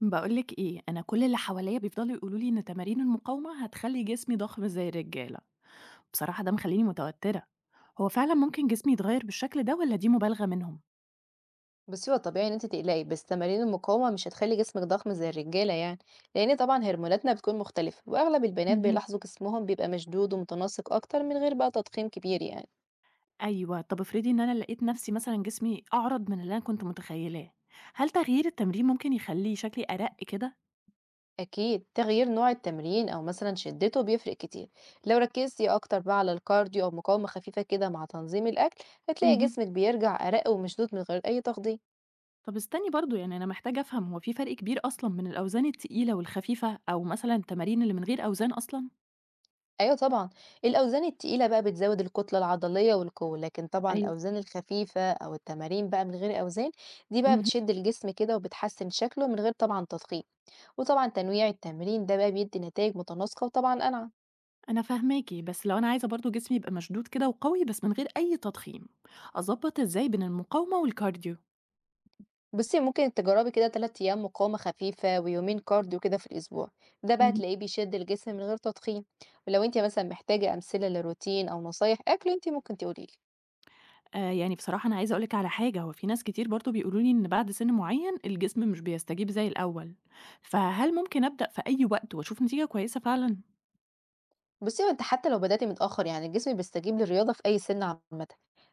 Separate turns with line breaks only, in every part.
بقولك ايه، انا كل اللي حواليا بيفضلوا يقولوا لي ان تمارين المقاومه هتخلي جسمي ضخم زي الرجاله. بصراحه ده مخليني متوتره. هو فعلا ممكن جسمي يتغير بالشكل ده ولا دي مبالغه منهم؟
بُصّي، هو طبيعي إن أنتِ تقلقي، بس تمارين المقاومة مش هتخلّي جسمِك ضخم زي الرجالة يعني، لإن طبعًا هرموناتنا بتكون مختلفة، وأغلب البنات
مهم.
بيلاحظوا جسمهم بيبقى مشدود ومتناسق أكتر من غير بقى تضخيم كبير يعني.
ايوه، طب افرضي ان انا لقيت نفسي مثلا جسمي اعرض من اللي انا كنت متخيلاه، هل تغيير التمرين ممكن يخلي شكلي ارق كده؟
أكيد تغيير نوع التمرين أو مثلًا شدته بيفرق كتير، لو ركّزتِ أكتر بقى على الكارديو أو مقاومة خفيفة كده مع تنظيم الأكل، هتلاقي
مهم.
جسمِك بيرجع أرَق ومشدود من غير أي تخدير.
طب استني برضو، يعني انا محتاجه افهم، هو في فرق كبير اصلا من الاوزان التقيله والخفيفه او مثلا التمارين اللي من غير اوزان اصلا؟
أيوه طبعًا، الأوزان التقيلة بقى بتزوّد الكتلة العضلية والقوة، لكن طبعًا الأوزان الخفيفة أو التمارين بقى من غير أوزان، دي بقى
أيوة.
بتشد الجسم كده وبتحسّن شكله من غير طبعًا تضخيم، وطبعًا تنويع التمرين ده بقى بيدّي نتايج متناسقة وطبعًا أنعم.
أنا فاهماكِ، بس لو أنا عايزة برضه جسمي يبقى مشدود كده وقوي بس من غير أي تضخيم، أضبّط إزاي بين المقاومة والكارديو؟
بُصّي ممكن تجرّبي كده 3 أيام مقاومة خفيفة ويومين كارديو كده في الأسبوع، ده بقى
اهم.
هتلاقيه بيشد الجسم من غير تضخيم، ولو أنتِ مثلًا محتاجة أمثلة لروتين أو نصايح أكل أنتِ ممكن تقولي لي.
يعني بصراحة أنا عايزة أقول لِك على حاجة، هو في ناس كتير برضه بيقولوا لي إن بعد سِن معيّن الجسم مش بيستجيب زي الأول، فهل ممكن أبدأ في أي وقت وأشوف نتيجة كويسة فعلًا؟
بُصّي، هو أنتِ حتى لو بدأتِ متأخر يعني الجسم بيستجيب للرياضة في أي سن عامةً،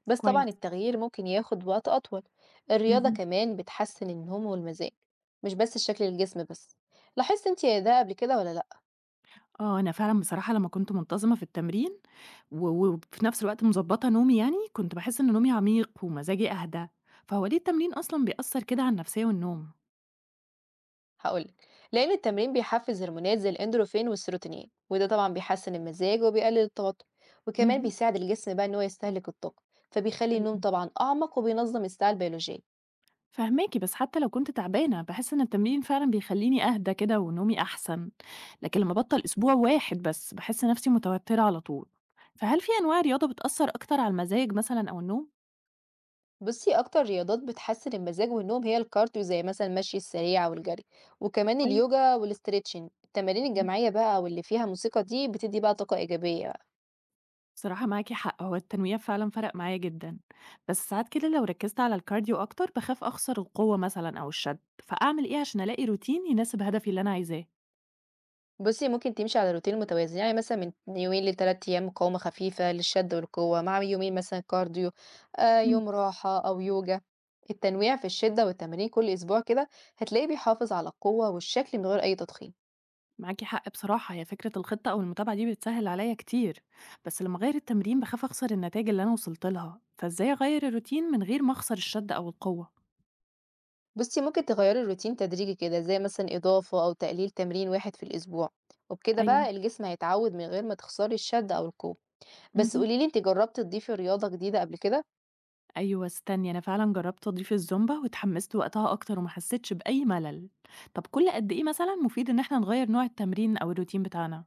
بس طبعًا
كويس.
التغيير ممكن ياخد وقت أطول. الرياضة
اهم.
كمان بتحسّن النوم والمزاج، مش بس شكل الجسم بس. لاحظتِ أنتِ ده قبل كده والّا لأ؟
آه، أنا فعلًا بصراحة لمّا كنت منتظمة في التمرين و و- وفي نفس الوقت مضبّطة نومي يعني، كنت باحس إن نومي عميق ومزاجي أهدى، فهو ليه التمرين أصلًا بيأثّر كده على النفسية والنوم؟
هاقول لِك، لإن التمرين بيحفّز هرمونات زي الإندروفين والسيروتونين، وده طبعًا بيحسّن المزاج وبيقلل التوتر، وكمان
اهم.
بيساعد الجسم بقى إن هو يستهلك الطاقة، فبيخلّي
أيوه.
النوم طبعًا أعمق وبينظّم الساعة البيولوجية.
فاهماكِ، بس حتى لو كنت تعبانة، باحس إن التمرين فعلًا بيخلّيني أهدى كده ونومي أحسن، لكن لمّا أبطّل أسبوع واحد بس، باحس نفسي متوترة على طول. فهل في أنواع رياضة بتأثّر أكتر على المزاج مثلًا أو النوم؟
بصي اكتر رياضات بتحسن المزاج والنوم هي الكارديو زي مثلا المشي السريع والجري، وكمان
كويس.
اليوجا والاستريتشنج، التمارين
اهم.
الجماعيه بقى واللي فيها موسيقى دي بتدي بقى طاقه ايجابيه بقى.
بصراحة معاكِ حق، هو التنويع فعلًا فرق معايا جدًا، بس ساعات كده لو ركّزت على الكارديو أكتر، باخاف أخسر القوة مثلًا أو الشد، فأعمل إيه عشان ألاقي روتين يناسب هدفي اللي أنا عايزاه؟
بصي ممكن تمشي على روتين متوازن يعني مثلا من يومين لثلاث ايام مقاومه خفيفه للشد والقوه مع يومين مثلا كارديو، يوم راحه او يوجا. التنويع في الشده والتمارين كل اسبوع كده هتلاقيه بيحافظ على القوه والشكل من غير اي تضخيم.
معاكي حق، بصراحة هي فكرة الخطة أو المتابعة دي بتسهل عليا كتير، بس لما أغير التمرين بخاف أخسر النتائج اللي أنا وصلت لها، فإزاي أغير الروتين من غير ما أخسر الشد أو القوة؟
بُصّي، ممكن تغيّري الروتين تدريجي كده، زي مثلًا إضافة أو تقليل تمرين واحد في الأسبوع، وبكده
أيوة.
بقى الجسم هيتعوّد من غير ما تخسري الشد أو القوة. بس
مهم.
قولي لي أنتِ جرّبتِ تضيفي رياضة جديدة قبل كده؟
أيوة، استني، أنا فعلا جربت أضيف الزومبا واتحمست وقتها أكتر وما حسيتش بأي ملل. طب كل قد إيه مثلا مفيد إن إحنا نغير نوع التمرين أو الروتين بتاعنا؟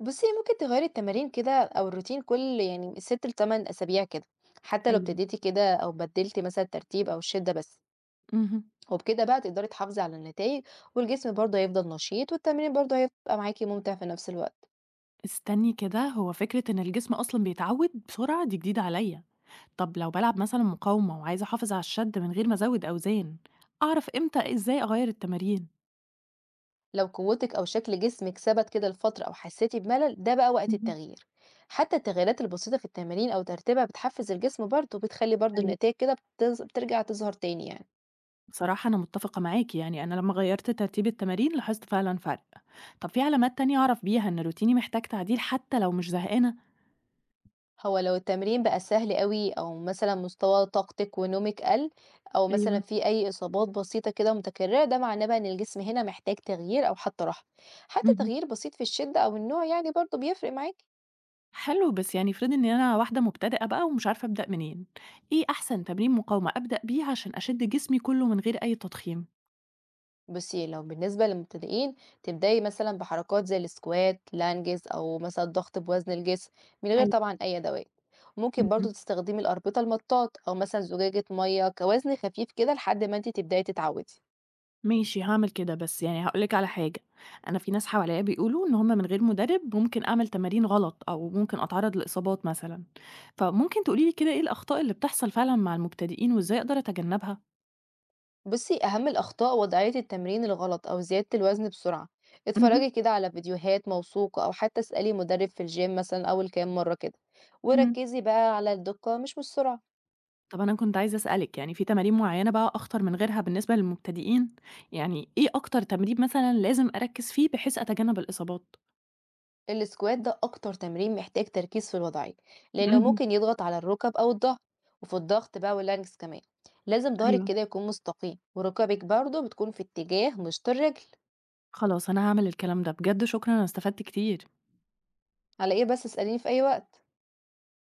بُصّي، هي ممكن تغيّري التمارين كده أو الروتين كل يعني 6 ل8 أسابيع كده، حتى لو
أيوة.
ابتديتِ كده أو بدّلتِ مثلًا الترتيب أو الشدة بس،
مهم.
وبكده بقى تقدري تحافظي على النتايج، والجسم برضه هيفضل نشيط والتمرين برضه هيبقى معاكِ ممتع في نفس الوقت.
استني كده، هو فكرة إن الجسم أصلا بيتعود بسرعة دي جديدة عليا. طب لو بلعب مثلا مقاومة وعايزة أحافظ على الشد من غير ما أزود أوزان، أعرف إمتى إزاي أغير التمارين؟
لو قوتك أو شكل جسمك ثبت كده لفترة أو حسيتي بملل ده بقى وقت
مهم.
التغيير. حتى التغييرات البسيطة في التمارين أو ترتيبها بتحفز الجسم برضه وبتخلي برضه
أيوة.
النتائج كده بترجع تظهر تاني يعني.
بصراحة أنا متفقة معاكي، يعني أنا لما غيرت ترتيب التمارين لاحظت فعلا فرق. طب في علامات تانية أعرف بيها إن روتيني محتاج تعديل حتى لو مش زهقانة؟
هو لو التمرين بقى سهل قوي أو مثلا مستوى طاقتك ونومك قل، أو مثلا
ايوه.
في أي إصابات بسيطة كده متكررة، ده معناه بقى إن الجسم هنا محتاج تغيير أو حتى راحة. حتى
مهم.
تغيير بسيط في الشدة أو النوع يعني برضه بيفرق معاكي.
حلو، بس يعني افرضي إن أنا واحدة مبتدئة بقى ومش عارفة أبدأ منين، إيه أحسن تمرين مقاومة أبدأ بيه عشان أشد جسمي كله من غير أي تضخيم؟
بُصي، لو بالنسبة للمبتدئين تبدأي مثلًا بحركات زي السكوات، لانجز، أو مثلًا ضغط بوزن الجسم من غير
ايوه.
طبعًا أي أدوات، ممكن
مهم.
برضه تستخدمي الأربطة المطاط أو مثلًا زجاجة مَيّة كوزن خفيف كده لحد ما أنتِ تبدأي تتعودي.
ماشي، هاعمل كده، بس يعني هاقول لِك على حاجة، أنا في ناس حواليّا بيقولوا إن هُم من غير مدرب ممكن أعمل تمارين غلط أو ممكن أتعرّض لإصابات مثلًا، فممكن تقولي لي كده إيه الأخطاء اللي بتحصل فعلًا مع المبتدئين وإزاي أقدر أتجنبها؟
بُصي، أهم الأخطاء وضعية التمرين الغلط أو زيادة الوزن بسرعة،
اهم.
اتفرجي كده على فيديوهات موثوقة أو حتى اسألي مدرب في الgym مثلًا أول كام مرة كده،
إمم.
وركزي بقى على الدقة مش والسرعة.
طَب أنا كنت عايزة أسألِك، يعني في تمارين معيّنة بقى أخطر من غيرها بالنسبة للمبتدئين؟ يعني إيه أكتر تمرين مثلًا لازم أركّز فيه بحيث أتجنب الإصابات؟
السكوات ده أكتر تمرين محتاج تركيز في الوضعية لأنه
اهم.
ممكن يضغط على الركب أو الظهر، وفي الضغط بقى واللانكس كمان لازم ظهرك
أيوه.
كده يكون مستقيم وركبك برضه بتكون في اتجاه مشط الرجل.
خلاص، أنا هاعمل الكلام ده، بجد شكرًا، أنا استفدت كتير.
على إيه بس، اسأليني في أي وقت.